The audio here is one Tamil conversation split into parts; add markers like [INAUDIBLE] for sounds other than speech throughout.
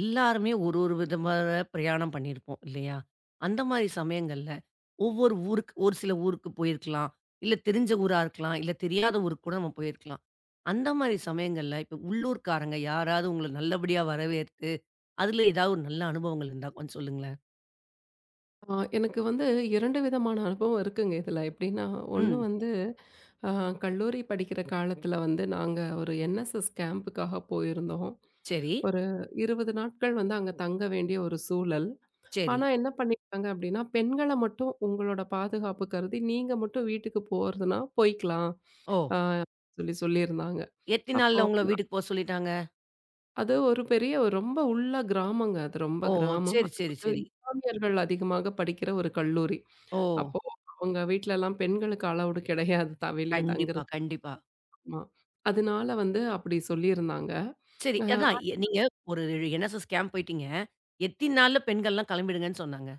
எல்லாருமே ஒரு ஒரு விதமான பிரயாணம் பண்ணியிருப்போம், இல்லையா? அந்த மாரி சமயங்கள்ல, ஒவ்வொரு ஊருக்கு ஒரு சில ஊருக்கு போயிருக்கலாம். இல்ல தெரிஞ்ச ஊரா இருக்கலாம். இல்ல தெரியாத ஊருக்கு கூட நம்ம போயிருக்கலாம். அந்த மாரி சமயங்கள்ல, இப்ப உள்ளூர்க்காரங்க யாராவது உங்கள நல்லபடியா வரவேற்று, அதுல ஏதாவது ஒரு நல்ல அனுபவங்கள் இருந்தா கொஞ்சம் சொல்லுங்களேன்? எனக்கு வந்து 2 விதமான அனுபவம் இருக்குங்க இதுல. எப்படின்னா, ஒண்ணு ம். வந்து அ கல்லூரி படிக்கிற காலத்துல வந்து நாங்க ஒரு என்எஸ்எஸ் கேம்புக்காக போயிருந்தோம். சரி, ஒரு 20 நாட்கள் வந்து அங்க தங்க வேண்டிய ஒரு சூழல். சரி. ஆனா என்ன பண்ணிட்டாங்க அப்படின்னா, பெண்கள மட்டும் உங்களோட பாதுகாப்பு கருதி நீங்க மட்டும் வீட்டுக்கு போறதுன்னா போய்க்கலாம். ஓ! ஆ சொல்லி சொல்லியிருந்தாங்க. எத்தினி அப்போ நாள்ல உங்கள வீட்டுக்கு போ சொல்லிட்டாங்க? அது ஒரு பெரிய ஒரு ரொம்ப உள்ள கிராமங்க. அது ரொம்ப ஓ! கிராமம். சரி, அது சரி, வந்து சரி. இஸ்லாமியர்கள் அதிகமாக படிக்கிற ஒரு கல்லூரி. ஓ! அப்போ அவங்க வீட்லலாம் பெண்களுக்கு அலவுடு கிடையாது தான் வெளிய கண்டிப்பா, தங்குறதுக்குமா. கண்டிப்பா. அதனால வந்து அப்படி சொல்லியிருந்தாங்க. சரி. அ அதான் நீங்க ஒரு என்எஸ்எஸ் கேம்ப் போயிட்டீங்க. எத்தினி நாள்ல பெண்கள்லாம் கிளம்பிடுங்கன்னு சொன்னாங்க?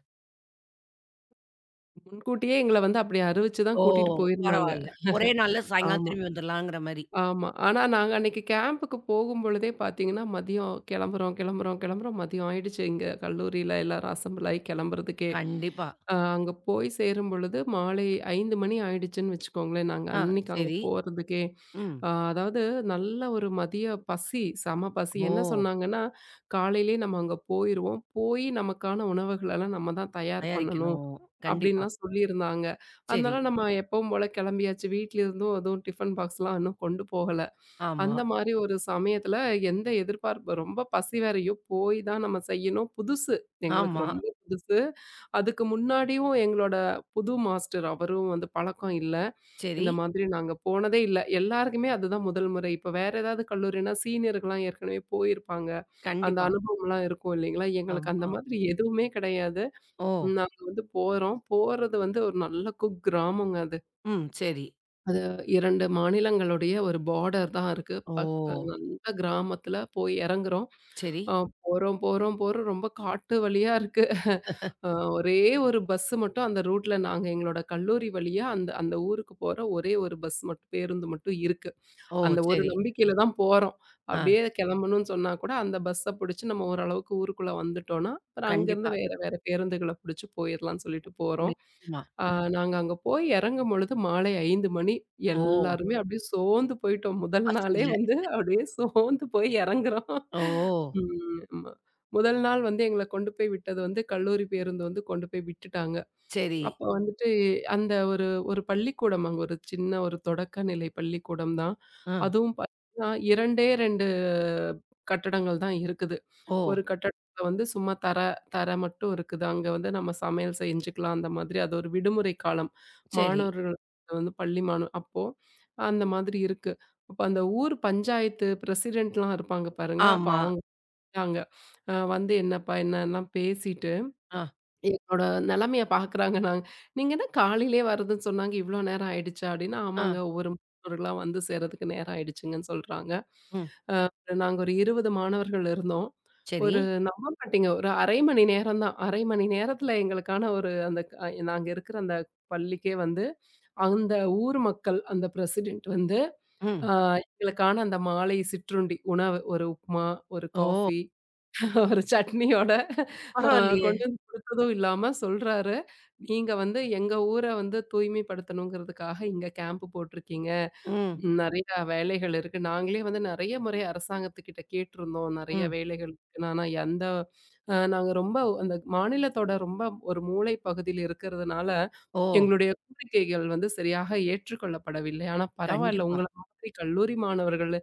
முன்கூட்டியே எங்கள வந்து அப்படி அறிவிச்சு தான் ஓ! கூட்டிட்டு போயிருந்தாங்க. பரவால்ல. ஒரே நாள்ல சாயங்காலம் ஆமா, திரும்பி வந்துரலாங்கிற மாரி. ஆமா. ஆனா நாங்க அன்னைக்கு கேம்புக்கு போகும்பொழுதே பார்த்தீங்கன்னா, மதியம் கிளம்புறோம், கிளம்புறோம், கிளம்புறோம் மதியம் ஆயிடுச்சு. இங்க கல்லூரியில எல்லாரும் அசெம்பிள் ஆயி கிளம்புறதுக்கே. கண்டிப்பா. அங்க போய் சேரும் பொழுது மாலை 5 மணி ஆயிடுச்சுன்னு வச்சுக்கோங்களேன். நாங்க ஆ. அன்னைக்கு அங்க சரி. போறதுக்கே. ம். அதாவது நல்ல ஒரு மதிய பசி, செம பசி. ஓ! என்ன சொன்னாங்கன்னா, "காலையிலேயே நம்ம அங்க போயிருவோம். போய் நமக்கான உணவுகளெல்லாம் நம்ம தான் தயார் பண்ணணும்." தயாரிக்கணும். கண்டிப்பா. அப்படின்லாம் சொல்லியிருந்தாங்க. சரி. அதனால நம்ம எப்பவும் போல கிளம்பியாச்சு. வீட்ல இருந்தும் எதுவும் டிஃபன் பாக்ஸ்லாம் இன்னும் கொண்டு போகல. ஆமா, அந்த மாரி ஒரு சமயத்துல எந்த எதிர்பார்ப்பு ரொம்ப பசி வேறயோ, போய் தான் நம்ம செய்யணும். புதுசு. எங்களுக்கு ஆமா. ரொம்ப புதுசு. அதுக்கு முன்னாடியும் எங்களோட புது மாஸ்டர் அவரும் வந்து பழக்கம் இல்ல. சரி. இந்த மாதிரி நாங்க போனதே இல்ல. எல்லாருக்குமே அதுதான் முதல் முறை. இப்ப வேற ஏதாவது கல்லூரினா சீனியர்கலாம் ஏற்கனவே போயிருப்பாங்க. அந்த கண்டிப்பா. அனுபவம்லாம் இருக்கும் இல்லைங்களா? எங்களுக்கு அந்த ஆமா. மாதிரி எதுவுமே கிடையாது. ஓ! நாங்க வந்து போறோம். போறது வந்து ஒரு நல்ல குக் கிராமங்க அது. ம். சரி. அது 2 மாநிலங்களுடைய ஒரு பார்டர் தான் இருக்கு. ஓ! பக் அ ஓ! நல்ல கிராமத்துல போய் இறங்குறோம். சரி. அ போறோம், போறோம், போறோம் ரொம்ப காட்டு வழியா இருக்கு. அ ஒரே ஒரு பஸ் மட்டும் அந்த ரூட்ல நாங்க எங்களோட கல்லூரி வழியா அந்த அந்த ஊருக்கு போற ஒரே ஒரு பஸ் மட்டும் பேருந்து மட்டும் இருக்கு. ஓ! அந்த ஒரு சரி. நம்பிக்கையில தான் போறோம். ஆ. அப்படியே கிளம்பணும்னு சொன்னா கூட அந்த பஸ்ஸ புடிச்சு நம்ம ஓரளவுக்கு ஊருக்குள்ள வந்துட்டோம்னா, அப்புறம் கண்டிப்பா. அங்கருந்து வேற வேற பேருந்துகள புடிச்சு போயிரலாம்னு சொல்லிட்டு போறோம். நிச்சயமா. ஆ நாங்க அங்க போய் இறங்கும் பொழுது மாலை 5 மணி. ஓ! எல்லாருமே அப்படியே சோர்ந்து போயிட்டோம். முதல் நாளே பசியில. வந்து அப்படியே சோர்ந்து போய் இறங்குறோம். ஓ! ம். ஆமா. முதல் நாள் வந்து எங்கள கொண்டு போய் விட்டது வந்து கல்லூரி பேருந்து வந்து கொண்டு போய் விட்டுட்டாங்க. சரி. அப்ப வந்துட்டு அந்த ஒரு ஒரு பள்ளிக்கூடம் அங்க ஒரு சின்ன ஒரு தொடக்கநிலை பள்ளிக்கூடம் தான். ஆ. அதுவும் பார்த்தீங்கன்னா 2டே 2 கட்டடங்கள் தான் இருக்குது. ஓ! ஒரு கட்டடத்துல வந்து சும்மா தரை தரை மட்டும் இருக்குது. அங்க வந்து நம்ம சமையல் செஞ்சுக்கலாம் அந்த மாதிரி. அது ஒரு விடுமுறை காலம். சரி. மாணவர்கள் வந்து பள்ளி மாணவ அப்போ அந்த மாதிரி இருக்கு. அப்ப அந்த ஊர் பஞ்சாயத்து பிரசிடென்ட்லாம் இருப்பாங்க பாருங்க. அப்ப ஆமா. அவங்க வந்தாங்க. வந்து என்னப்பா என்னலாம் பேசிட்டு அ, என்னோட நிலைமைய பார்க்குறாங்க நாங்க. "நீங்க என்ன காலையிலயே வரதுன்னு சொன்னாங்க. இவ்ளோ நேரம் ஆயிடுச்சா?" அப்டின்னா, அ, "ஆமாங்க. ஒரு மாணவர்களா வந்து சேர்றதுக்கு நேரம் ஆயிடுச்சுங்கன்னு" சொல்றாங்க. ம். நாங்க ஒரு 20 மாணவர்கள் இருந்தோம். சரி. ஒரு நம்ப மாட்டீங்க. ஒரு 1/2 மணி நேரம் தான். 1/2 மணி நேரத்துல எங்களுக்கான ஒரு அந்த நாங்க இருக்கிற அந்த பள்ளிக்கே வந்து, அந்த ஊர் மக்கள், அந்த பிரசிடென்ட் வந்து, அ ம். எங்களுக்கான அந்த மாலை சிற்றுண்டி உணவு, ஒரு உப்மா, ஒரு ஓ! காஃபி, [LAUGHS] ஒரு சட்னியோட அ பரவாயில்லையே! கொண்டு வந்து குடுத்ததும் இல்லாம சொல்றாரு, "நீங்க வந்து எங்க ஊர வந்து தூய்மைப்படுத்தணுங்கிறதுக்காக இங்க கேம்ப் போட்டிருக்கீங்க." ம், நெறையா வேலைகள் இருக்கு. நாங்களே வந்து நெறைய முறை அரசாங்கத்துக்கிட்ட கேட்டிருந்தோம். நெறைய ம். வேலைகள் இருக்குன்னு. ஆனா அந்த நாங்க ரொம்ப அந்த மாநிலத்தோட ரொம்ப ஒரு மூலை பகுதியில இருக்கிறதுனால, ஓ! எங்களுடைய கோரிக்கைகள் வந்து சரியாக ஏற்றுக்கொள்ளப்படவில்லை. ஆனா பரவாயில்ல கண்டிப்பா. உங்கள மாதிரி கல்லூரி மாணவர்கள்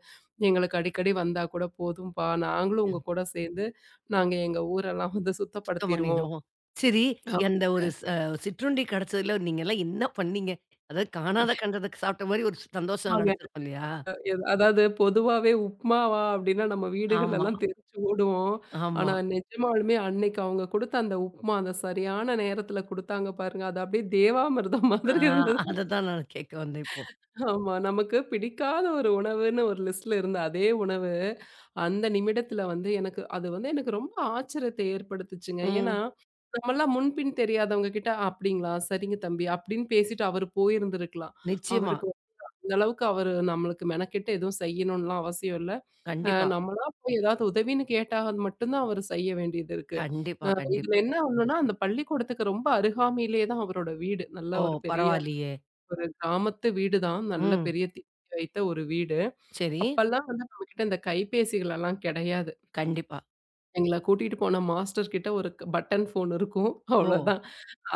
எங்களுக்கு அடிக்கடி வந்தா கூட போதும்பா, நாங்களும் உங்க கூட சேர்ந்து நாங்க எங்க ஊரெல்லாம் வந்து சுத்தம் சுத்தப்படுத்திருவோம். பண்ணிருவோம். சரி, அந்த ஒரு சிற்றுண்டி கிடைச்சதுல நீங்கலாம் என்ன பண்ணீங்க? அதாவது காணாத ஆமாங்க. கண்டதுக்கு சாப்பிட்ட மாரி ஒரு சந்தோஷம் கிடைச்சிருக்கும், இல்லையா? அதாவது பொதுவாவே உப்மாவா அப்டின்னா நம்ம ஆமா, வீடுகள்லலாம் தெரிச்சு ஓடுவோம். ஆமா. ஆனா நிஜமாலுமே அன்னைக்கு அவங்க குடுத்த அந்த உப்மா, அந்த சரியான நேரத்துல குடுத்தாங்க பாருங்க. அது அப்டியே தேவாமிர்தம் ஆ, மாதிரி இருந்தது. அததான் நான் கேட்க வந்தேன் இப்போ. ஆமா. நமக்கு பிடிக்காத ஒரு உணவுன்னு ஒரு லிஸ்ட்ல இருந்த அதே உணவு, அந்த நிமிடத்துல வந்து எனக்கு அது வந்து எனக்கு ரொம்ப ஆச்சரியத்தை ஏற்படுத்துச்சுங்க. ஏன்னா, ம். நம்மலாம் முன்பின் தெரியாதவங்க கிட்ட "அப்டிங்களா? சரிங்க தம்பி" அப்டின்னு பேசிட்டு அவரு போயிருந்திருக்கலாம். நிச்சயமா. அவருக்கு அந்த அளவுக்கு அவரு நம்மளுக்கு மெனக்கெட்டு எதுவும் செய்யணும்லாம் அவசியம் இல்ல. கண்டிப்பா, நம்மளா போய் ஏதாவது உதவின்னு கேட்டா அது மட்டும் தான் அவரு செய்ய வேண்டியது இருக்கு. கண்டிப்பா, அ இதுல கண்டிப்பா. என்ன ஒண்ணுன்னா, அந்த பள்ளிக்கூடத்துக்கு ரொம்ப அருகாமையிலேயே தான் அவரோட வீடு. நல்ல ஓ! ஒரு பெரிய பரவாயில்லையே! ஒரு கிராமத்து வீடு தான். நல்ல ம். பெரிய திண்ணை வைத்த ஒரு வீடு. சரி. அப்பல்லாம் வந்து நம்மகிட்ட இந்த கைபேசிகள் எல்லாம் கிடையாது. கண்டிப்பா. எங்கள கூட்டிட்டு போன மாஸ்டர் கிட்ட ஒரு பட்டன் ஃபோன் இருக்கும். ஓ! அவ்வளோதான்.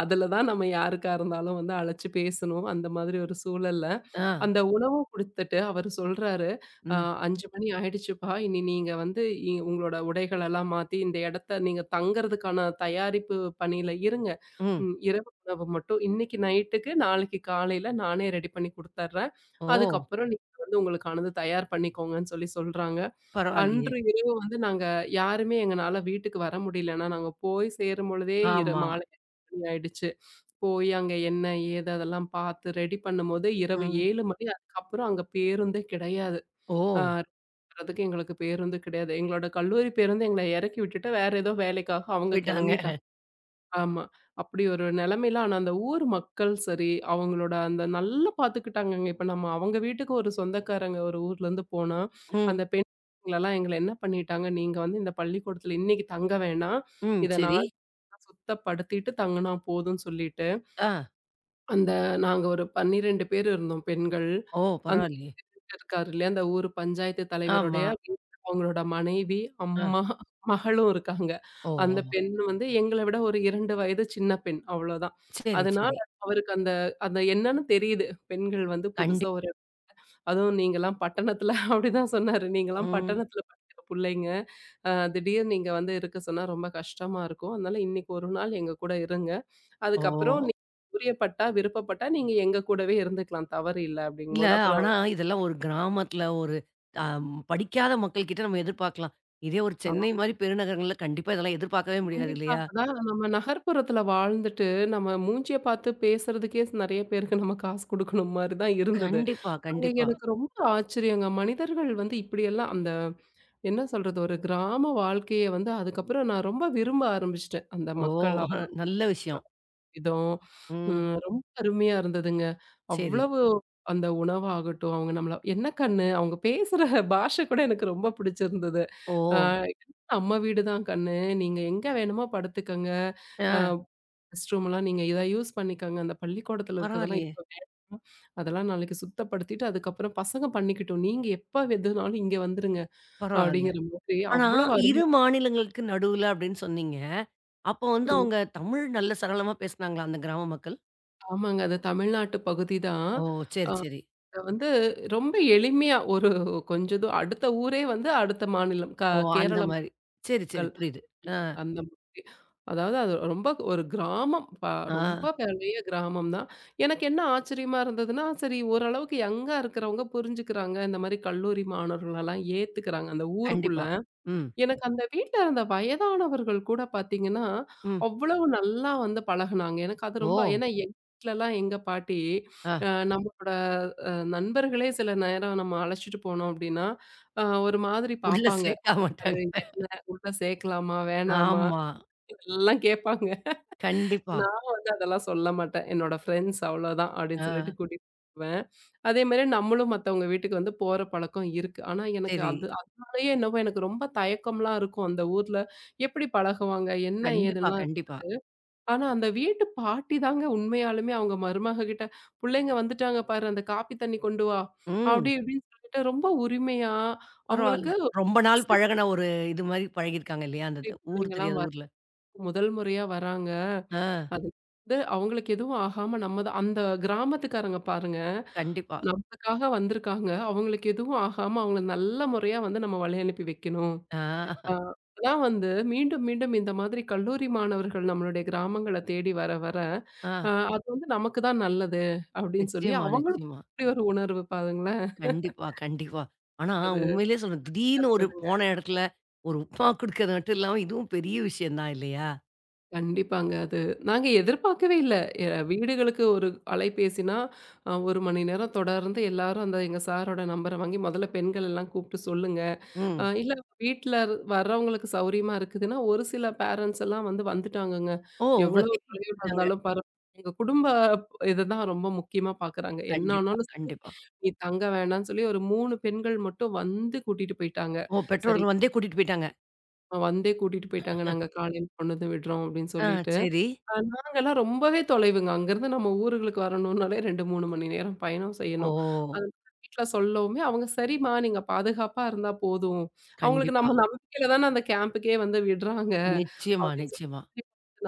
அதுல தான் நம்ம யாருக்கா இருந்தாலும் வந்து அழைச்சு பேசணும். அந்த மாதிரி ஒரு சூழல்ல ஆ. அந்த உணவும் குடுத்துட்டு அவரு சொல்றாரு, "அ ம், 5 மணி ஆயிடுச்சுப்பா. இனி நீங்க வந்து உங்களோட உடைகளெல்லாம் மாத்தி இந்த இடத்த நீங்க தங்கறதுக்கான தயாரிப்பு பணியில இருங்க. ம். இரவு உணவு மட்டும் இன்னைக்கு நைட்டுக்கு, நாளைக்கு காலையில நானே ரெடி பண்ணி குடுத்தர்றேன். ஓ! அதுக்கப்புறம் நீங்க வந்து உங்களுக்கானது தயார் பண்ணிக்கோங்கன்னு" சொல்லி சொல்றாங்க. பரவாயில்லையே! அன்று இரவு வந்து நாங்க யாருமே எங்கனால வீட்டுக்கு வர முடியலன்னா, நாங்க போய் சேரும் பொழுதே ஆமா. மாலை 8 மணி ஆயிடுச்சு. போய் அங்க என்ன, ஏது அதெல்லாம் பார்த்து ரெடி பண்ணும்போது இரவு ம். 7 மணி. அதுக்கப்புறம் அங்க பேருந்தே கிடையாது. ஓ! ஆ இருக்கிறதுக்கு எங்களுக்கு பேருந்து கிடையாது. எங்களோட கல்லூரி பேருந்து எங்கள இறக்கி விட்டுட்டு வேற ஏதோ வேலைக்காக அவங்க போயிட்டாங்க. கிளம்பிட்டாங்க. ஆமா. அப்படி ஒரு நிலைமையில ஆனா அந்த ஊர் மக்கள் சரி, அவங்களோட அந்த நல்லா பார்த்துக்கிட்டாங்கங்க. இப்ப நம்ம அவங்க வீட்டுக்கு ஒரு சொந்தக்காரங்க ஒரு ஊர்லேருந்து போனா, ம். அந்த பெண்களலாம் எங்கள என்ன பண்ணிட்டாங்க, "நீங்க வந்து இந்த பள்ளிக்கூடத்துல இன்னைக்கு தங்க வேணாம். ம். இத சரி. நாளைக்கு சுத்தப்படுத்திட்டு தங்குனா போதும்ன்னு" சொல்லிட்டு, ஆ. அந்த நாங்க ஒரு 12 பேர் இருந்தோம் பெண்கள். ஓ! அந்த பரவாயில்லையே! இருக்காரு இல்லையா? அந்த ஊர் பஞ்சாயத்து தலைவருடைய ஆமா. வீட்ல அவங்களோட மனைவி, ஆ. அம்மா, மகளும் இருக்காங்க. ஓ! அந்த பெண் வந்து எங்கள விட ஒரு 2 வயது சின்ன பெண் அவ்வளோதான். சரி, அதனால சரி. அவருக்கு அந்த அந்த என்னன்னு தெரியுது. பெண்கள் வந்து புதுசா கண்டிப் ஒரு அதுவும் நீங்கலாம் பட்டணத்துல [LAUGHS] அப்படிதான் சொன்னாரு. நீங்கலாம் ம். பட்டணத்துல படிக்கிற புள்ளைங்க. திடீர்னு நீங்க வந்து இருக்க சொன்னா ரொம்ப கஷ்டமா இருக்கும். அதனால இன்னைக்கு ஒரு நாள் எங்க கூட இருங்க. ஓ! அதுக்கப்புறம் புரியப்பட்டா, விருப்பப்பட்டா நீங்க எங்க கூடவே இருந்துக்கலாம். தவறு இல்ல இல்ல, அப்படிங்கும்போது அப்புறம் ஆனா இதெல்லாம் ஒரு கிராமத்துல ஒரு அ படிக்காத மக்கள் கிட்ட நம்ம எதிர்பார்க்கலாம். இதே ஒரு சென்னை மாரி பெருநகரங்கள்ல கண்டிப்பா இதெல்லாம் எதிர்பார்க்கவே முடியாது, கண்டிப்பா. இல்லையா? அதான் நம்ம நகர்ப்புறத்துல வாழ்ந்துட்டு, நம்ம மூஞ்சிய பார்த்து பேசுறதுக்கே நெறைய பேருக்கு நம்ம காசு குடுக்கணும் மாரி தான் இருந்தது. கண்டிப்பா, அங்க கண்டிப்பா. எனக்கு ரொம்ப ஆச்சரியங்க. மனிதர்கள் வந்து இப்படியெல்லாம் அந்த என்ன சொல்றது? ஒரு கிராம வாழ்க்கைய வந்து அதுக்கப்புறம் நான் ரொம்ப விரும்ப ஆரம்பிச்சுட்டேன். அந்த ஓ! மக்கள் அவர் நல்ல விஷயம். விதம், ம். ரொம்ப அருமையா இருந்ததுங்க. சரி. அவ்வளவு அந்த உணவாகட்டும், அவங்க நம்மள என்ன கண்ணு, அவங்க பேசுற பாஷை கூட எனக்கு ரொம்ப பிடிச்சிருந்தது. ஓ! அ "அம்மா வீடு தான் கண்ணு. நீங்க எங்க வேணுமோ படுத்துக்கங்க. ஆ. அ ரெஸ்ட் ரூம்லாம் நீங்க இத யூஸ் பண்ணிக்கங்க. அந்த பள்ளிக்கூடத்துல இருக்கிறதெல்லாம் பரவாயில்லையே! இப்ப வேண்டாம். அதெல்லாம் நாளைக்கு சுத்தப்படுத்திட்டு, அதுக்கப்புறம் பசங்க பண்ணிக்கிட்டும். நீங்க எப்ப எதுனாலும் இங்க வந்துருங்க." பரவால்ல. அப்படிங்கிற மாதிரி ஆனா, அவ்வளவு 2 அருமையா மாநிலங்களுக்கு நடுவுல அப்படின்னு சொன்னீங்க. அப்போ வந்து ம். அவங்க தமிழ் நல்ல சரளமா பேசுனாங்களா அந்த கிராம மக்கள்? ஆமாங்க. அது தமிழ்நாட்டு பகுதி தான். ஓ! அ சரி, சரி. இத வந்து ரொம்ப எளிமையா ஒரு கொஞ்ச தூ அடுத்த ஊரே வந்து அடுத்த மாநிலம். ஓ! அந்த கேரள மாரி. சரி, சரி. மக்கள் புரியுது. ஆ, அந்த மாதிரி. அதாவது அது ரொம்ப ஒரு கிராமம். ஆ. ரொம்ப பெரிய கிராமம் தான். எனக்கு என்ன ஆச்சரியமா இருந்ததுன்னா, சரி ஓரளவுக்கு யங்கா இருக்கிறவங்க புரிஞ்சுக்கிறாங்க. இந்த மாரி கல்லூரி மாணவர்களெல்லாம் ஏத்துக்கிறாங்க அந்த ஊருக்குள்ள. கண்டிப்பா. ம், எனக்கு அந்த வீட்ல இருந்த வயதானவர்கள் கூட பார்த்தீங்கன்னா, ம். அவ்வளவு நல்லா வந்து பழகுனாங்க. எனக்கு அது ரொம்ப ஓ! ஏன்னா எங்க வீட்லலாம் எங்க பாட்டி, ஆ. அ நம்மளோட நண்பர்களே சில நேரம் நம்ம அழைச்சிட்டு போனோம் அப்டின்னா, ஒரு மாதிரி உள்ள பார்ப்பாங்க. சேர்க்க அது மாட்டாங்க. என்ன உள்ள சேர்க்கலாமா? வேணாமா? ஆமா. எல்லாம் கேட்பாங்க. கண்டிப்பா. நான் வந்து அதெல்லாம் சொல்ல மாட்டேன். என்னோட ஃப்ரெண்ட்ஸ் அவ்வளோதான் அப்படின்னு ஆ. சொல்லிட்டு கூட்டிட்டு போவேன். அதேமாரி நம்மளும் மத்தவங்க வீட்டுக்கு வந்து போற பழக்கம் இருக்கு. ஆனா எனக்கு சரி. அது அதனாலயே என்னவோ எனக்கு ரொம்ப தயக்கம்லாம் இருக்கும். அந்த ஊர்ல எப்படி பழகுவாங்க? என்ன கண்டிப்பா, ஏதுன்லாம். கண்டிப்பா. ஆனா அந்த வீட்டு பாட்டி தாங்க உண்மையாலுமே அவங்க மருமக கிட்ட, "புள்ளைங்க வந்துட்டாங்க பாரு, அந்த காப்பி தண்ணி கொண்டு வா" அப்படி ம். இப்படின்னு சொல்லிட்டு ரொம்ப உரிமையா பரவால்ல. அவங்களுக்கு ரொம்ப நாள் பிசினஸ் பழகுன ஒரு இது மாரி பழகியிருக்காங்க, இல்லையா? அந்த ஊர் புள்ளைங்கலாம் தெரியாத வர ஊர்ல. முதல் முறையா வராங்க. ஆ. அது வந்து அவங்களுக்கு எதுவும் ஆகாம நம்ம தான் அந்த கிராமத்துக்காரங்க பாருங்க, கண்டிப்பா. நமக்காக வந்திருக்காங்க. அவங்களுக்கு எதுவும் ஆகாம அவங்கள நல்ல முறையா வந்து நம்ம வழி அனுப்பி வைக்கணும். ஆ, அ அதான் வந்து மீண்டும், மீண்டும் இந்த மாதிரி கல்லூரி மாணவர்கள் நம்மளுடைய கிராமங்கள தேடி வர, வர ஆ. அது வந்து நமக்கு தான் நல்லது அப்படின்னு சொல்லி நிச்சயமா, அவங்களும் நிச்சயமா. இப்படி ஒரு உணர்வு பாருங்களேன். கண்டிப்பா, கண்டிப்பா. ஆனா உண்மையிலேயே சொல்றேன். திடீர்னு அது ஒரு போன இடத்துல ஒரு உப்புமா குடுக்கறது மட்டும் இல்லாம, இதுவும் பெரிய விஷயம் தான், இல்லையா? கண்டிப்பாங்க. அது நாங்க எதிர்பார்க்கவே இல்ல. எ வீடுகளுக்கு ஒரு அலைபேசினா, 1 மணி நேரம் தொடர்ந்து எல்லாரும் அந்த எங்க சாரோட நம்பர வாங்கி முதல்ல பெண்கள் எல்லாம் கூப்பிட்டு சொல்லுங்க. ம். இல்ல வீட்ல வர்றவங்களுக்கு சௌரியமா இருக்குதுன்னா, ஒரு சில பேரண்ட்ஸ் எல்லாம் வந்து வந்துட்டாங்கங்க. ஓ! உங்கள எவ்வளோ தேடிட்டு தொலைவுல வந்துட்டாங்க. இருந்தாலும் பரவால்ல. எங்க குடும்ப இதுதான் ரொம்ப முக்கியமா பார்க்குறாங்க. என்ன கண்டிப்பா, ஆனாலும் சரி, கண்டிப்பா. நீ தங்க வேணான்னு சொல்லி ஒரு 3 பெண்கள் மட்டும் வந்து கூட்டிட்டு போயிட்டாங்க. ஓ! சரி பெற்றோர்கள் வந்தே கூட்டிட்டு போயிட்டாங்க. வந்தே கூட்டிட்டு போயிட்டாங்க. நாங்க காலையில கொண்டு வந்து விடுறோம் அப்படின்னு ஆ, சொல்லிட்டு. சரி. நாங்கலாம் ரொம்பவே தொலைவுங்க. அங்கருந்து நம்ம ஊர்களுக்கு வரணும்னாலே 2, 3 மணி நேரம் பயணம் ஓ! செய்யணும். அதனால வீட்ல சொல்லவுமே அவங்க சரிம்மா நீங்க பாதுகாப்பா இருந்தா போதும். அவங்களுக்கு கண்டிப்பா. நம்ம நம்பிக்கையில தானே அந்த கேம்புக்கே வந்து விடுறாங்க. நிச்சயமா, அப்படின்னு சொல்லிட்டு நிச்சயமா.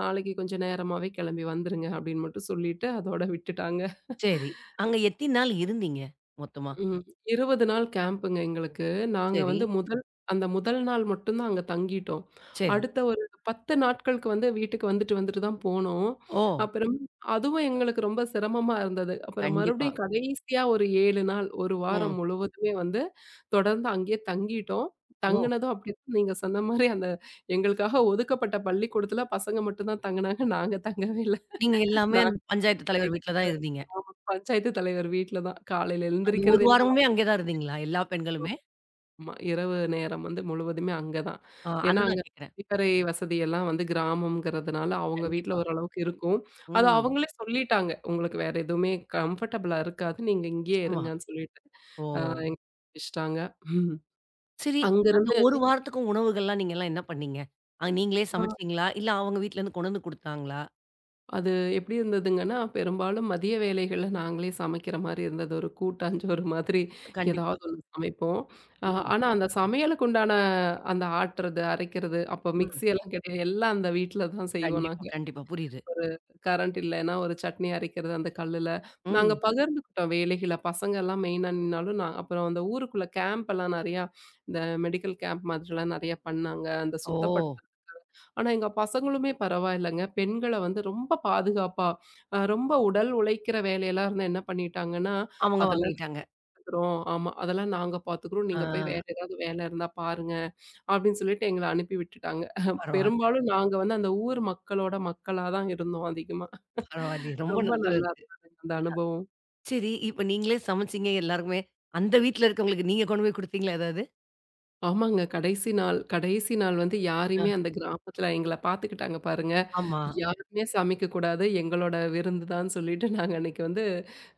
நாளைக்கு கொஞ்சம் நேரமாவே கிளம்பி வந்துருங்க அப்படின்னு மட்டும் சொல்லிட்டு அதோட விட்டுட்டாங்க. சரி. அங்க எத்தின நாள் இருந்தீங்க மொத்தமா? ம். 20 நாள் கேம்புங்க எங்களுக்கு. நாங்க சரி, வந்து முதல் அந்த முதல் நாள் மட்டும் தான் அங்க தங்கிட்டோம். சரி. அடுத்த ஒரு 10 நாட்களுக்கு வந்து வீட்டுக்கு வந்துட்டு வந்துட்டு தான் போனோம். ஓ! அப்புறம் அதுவும் எங்களுக்கு ரொம்ப சிரமமா இருந்தது. அப்புறம் கண்டிப்பா. மறுபடியும் கடைசியா ஒரு 7 நாள், 1 ம். வாரம் முழுவதுமே வந்து தொடர்ந்து அங்கேயே தங்கிட்டோம். ஓ! தங்குனதும் அப்படிதான் நீங்க சொன்ன மாரி அந்த எங்களுக்காக ஒதுக்கப்பட்ட பள்ளிக்கூடத்துல பசங்க மட்டும் தான் தங்குனாங்க. நாங்க தங்கவே இல்ல. நீங்க எல்லாமே நாங்க அந்த பஞ்சாயத்து தலைவர் வீட்ல தான் இருந்தீங்க. பஞ்சாயத்து தலைவர் வீட்ல தான். காலையில அந்த எழுந்திரிக்கிறது ஒரு என்ன வாரமுமே அங்கே தான் இருந்தீங்களா? எல்லா பெண்களுமே? ஆமா. இரவு நேரம் வந்து முழுவதுமே அங்க தான். ஆ, ஏன்னா, ம். அங்க அதுதான் கேட்கிறேன். கழிப்பறை வசதியெல்லாம் வந்து கிராமம்ங்கிறதுனால, அவங்க வீட்ல கண்டிப்பா. ஓரளவுக்கு இருக்கும். அது ம். அவங்களே சொல்லிட்டாங்க. உங்களுக்கு வேற எதுவுமே கம்ஃபர்டபுளா இருக்காது. நீங்க இங்கேயே நிச்சயமா. இருங்கன்னு சொல்லிட்டு, ஓ! அ எங்கள அனுப்பிச்சுட்டாங்க. சரி, அந்த அங்கிருந்து ஒரு வாரத்துக்கும் உணவுகள்லாம் நீங்கலாம் என்ன பண்ணீங்க? நீங்களே சமைச்சீங்களா? இல்ல அவங்க வீட்லருந்து கொண்டு வந்து குடுத்தாங்களா? அது எப்படி இருந்ததுங்கன்னா, பெரும்பாலும் மதிய வேளைகள்ல நாங்களே சமைக்கிற மாரி இருந்தது. ஒரு கூட்டாஞ்சோறு மாதிரி கண்டிப்பா. ஏதாவது ஒண்ணு சமைப்போம். ம், ஆனா அந்த சமையலுக்கு உண்டான அந்த ஆட்டுறது, அரைக்கிறது அப்போ ம். மிக்ஸி எல்லாம் கிடையாது. எல்லாம் அந்த வீட்ல தான் செய்வோம் கண்டிப்பா, நாங்க. கண்டிப்பா. புரியுது. ஒரு கரண்ட் இல்லைன்னா ஒரு சட்னி அரைக்கிறது அந்த கல்லுல. நாங்க ம். பகிர்ந்துக்கிட்டோம் வேலைகள. பசங்கலாம் மெயினா நின்னாலும் நான் அப்புறம் அந்த ஊருக்குள்ள கேம்ப் எல்லாம் நெறையா இந்த மெடிக்கல் கேம்ப் மாதிரிலாம் நெறையா பண்ணாங்க. அந்த ஓ! சுத்தப்படுத்த ஆனா, எங்க பசங்களுமே பரவாயில்லங்க. பெண்கள வந்து ரொம்ப பாதுகாப்பா, ரொம்ப உடல் உழைக்கிற வேலையெல்லாம் இருந்தா என்ன பண்ணிட்டாங்கன்னா, அவங்க "அதெல்லாம் வாங்கிட்டாங்க. நடக்குறோம். ஆமா, அதெல்லாம் நாங்க பாத்துக்குறோம். ஆ, நீங்க போய் வேற ஏதாவது வேலை இருந்தா பாருங்க." அப்படின்னு சொல்லிட்டு எங்கள அனுப்பி விட்டுட்டாங்க. பரவால்ல, பெரும்பாலும் நாங்க வந்து அந்த ஊர் மக்களோட மக்களா தான் இருந்தோம் அதிகமா. பரவாயில்லயே! ரொம்ப ரொம்ப நல்லா நல்லா இருக்கு. இருந்ததுங்க அந்த அனுபவம். சரி, இப்ப நீங்களே சமைச்சீங்க எல்லாருக்குமே. அந்த வீட்ல இருக்கவங்களுக்கு நீங்க கொண்டு போய் குடுத்தீங்களா ஏதாவது? ஆமாங்க. கடைசி நாள் வந்து அ யாரையுமே அந்த கிராமத்துல எங்கள பாத்துக்கிட்டாங்க பாருங்க. ஆமா. யாருமே சமைக்கக்கூடாது. எங்களோட விருந்து தான் சொல்லிட்டு நாங்க அன்னைக்கு வந்து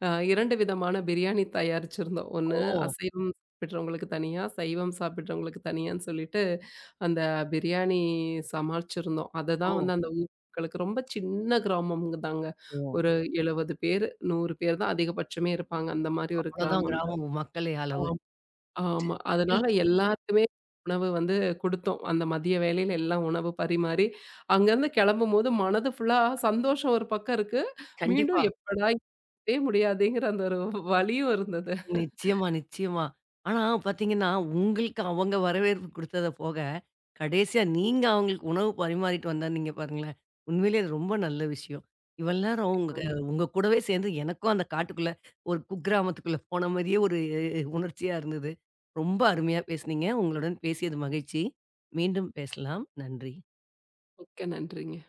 2 விதமான பிரியாணி தயாரிச்சிருந்தோம். ஒண்ணு ஓ! அசைவம் சாப்பிடுறவங்களுக்கு தனியா, சைவம் சாப்பிடுறவங்களுக்கு தனியான்னு சொல்லிட்டு, அந்த பிரியாணி சமாளிச்சிருந்தோம். ஓ! அததான் வந்து அந்த ஊர் மக்களுக்கு ரொம்ப சின்ன கிராமம்ங்க தாங்க. ஓ! ஒரு 70 பேரு, 100 பேர் தான் அதிகபட்சமே இருப்பாங்க. அந்த மாரி ஒரு அவ்வளோதான் கிராமம் தான். கிராமம் மக்களே அளவு. ஆமா. ஆமா. அதனால இல் எல்லாருக்குமே உணவு வந்து குடுத்தோம். அந்த மதிய வேளையில எல்லாம் உணவு பரிமாறி, அங்கருந்து கெளம்பும்போது மனது ஃபுல்லா சந்தோஷம் ஒரு பக்கம் இருக்கு. மீண்டும் கண்டிப்பா. எப்படா இதே முடியாதுங்கிற அந்த ஒரு வலியும் இருந்தது. நிச்சயமா, நிச்சயமா. ஆனா பார்த்தீங்கன்னா, உங்களுக்கு அவங்க வரவேற்பு குடுத்தத போக, கடைசியா நீங்க அவங்களுக்கு உணவு பரிமாறிட்டு வந்தன்னீங்க பாருங்களேன். உண்மையிலேயே அது ரொம்ப நல்ல விஷயம். இவ்வளவு நேரம் அங்க. உங்க கூடவே சேர்ந்து எனக்கும் அந்த காட்டுக்குள்ள ஒரு குக்கிராமத்துக்குள்ள போன மாரியே ஒரு உணர்ச்சியா இருந்தது. ரொம்ப அருமையா பேசுனீங்க. உங்களுடன் பேசியது மகிழ்ச்சி. மீண்டும் பேசலாம். நன்றி. மிக்க நன்றிங்க.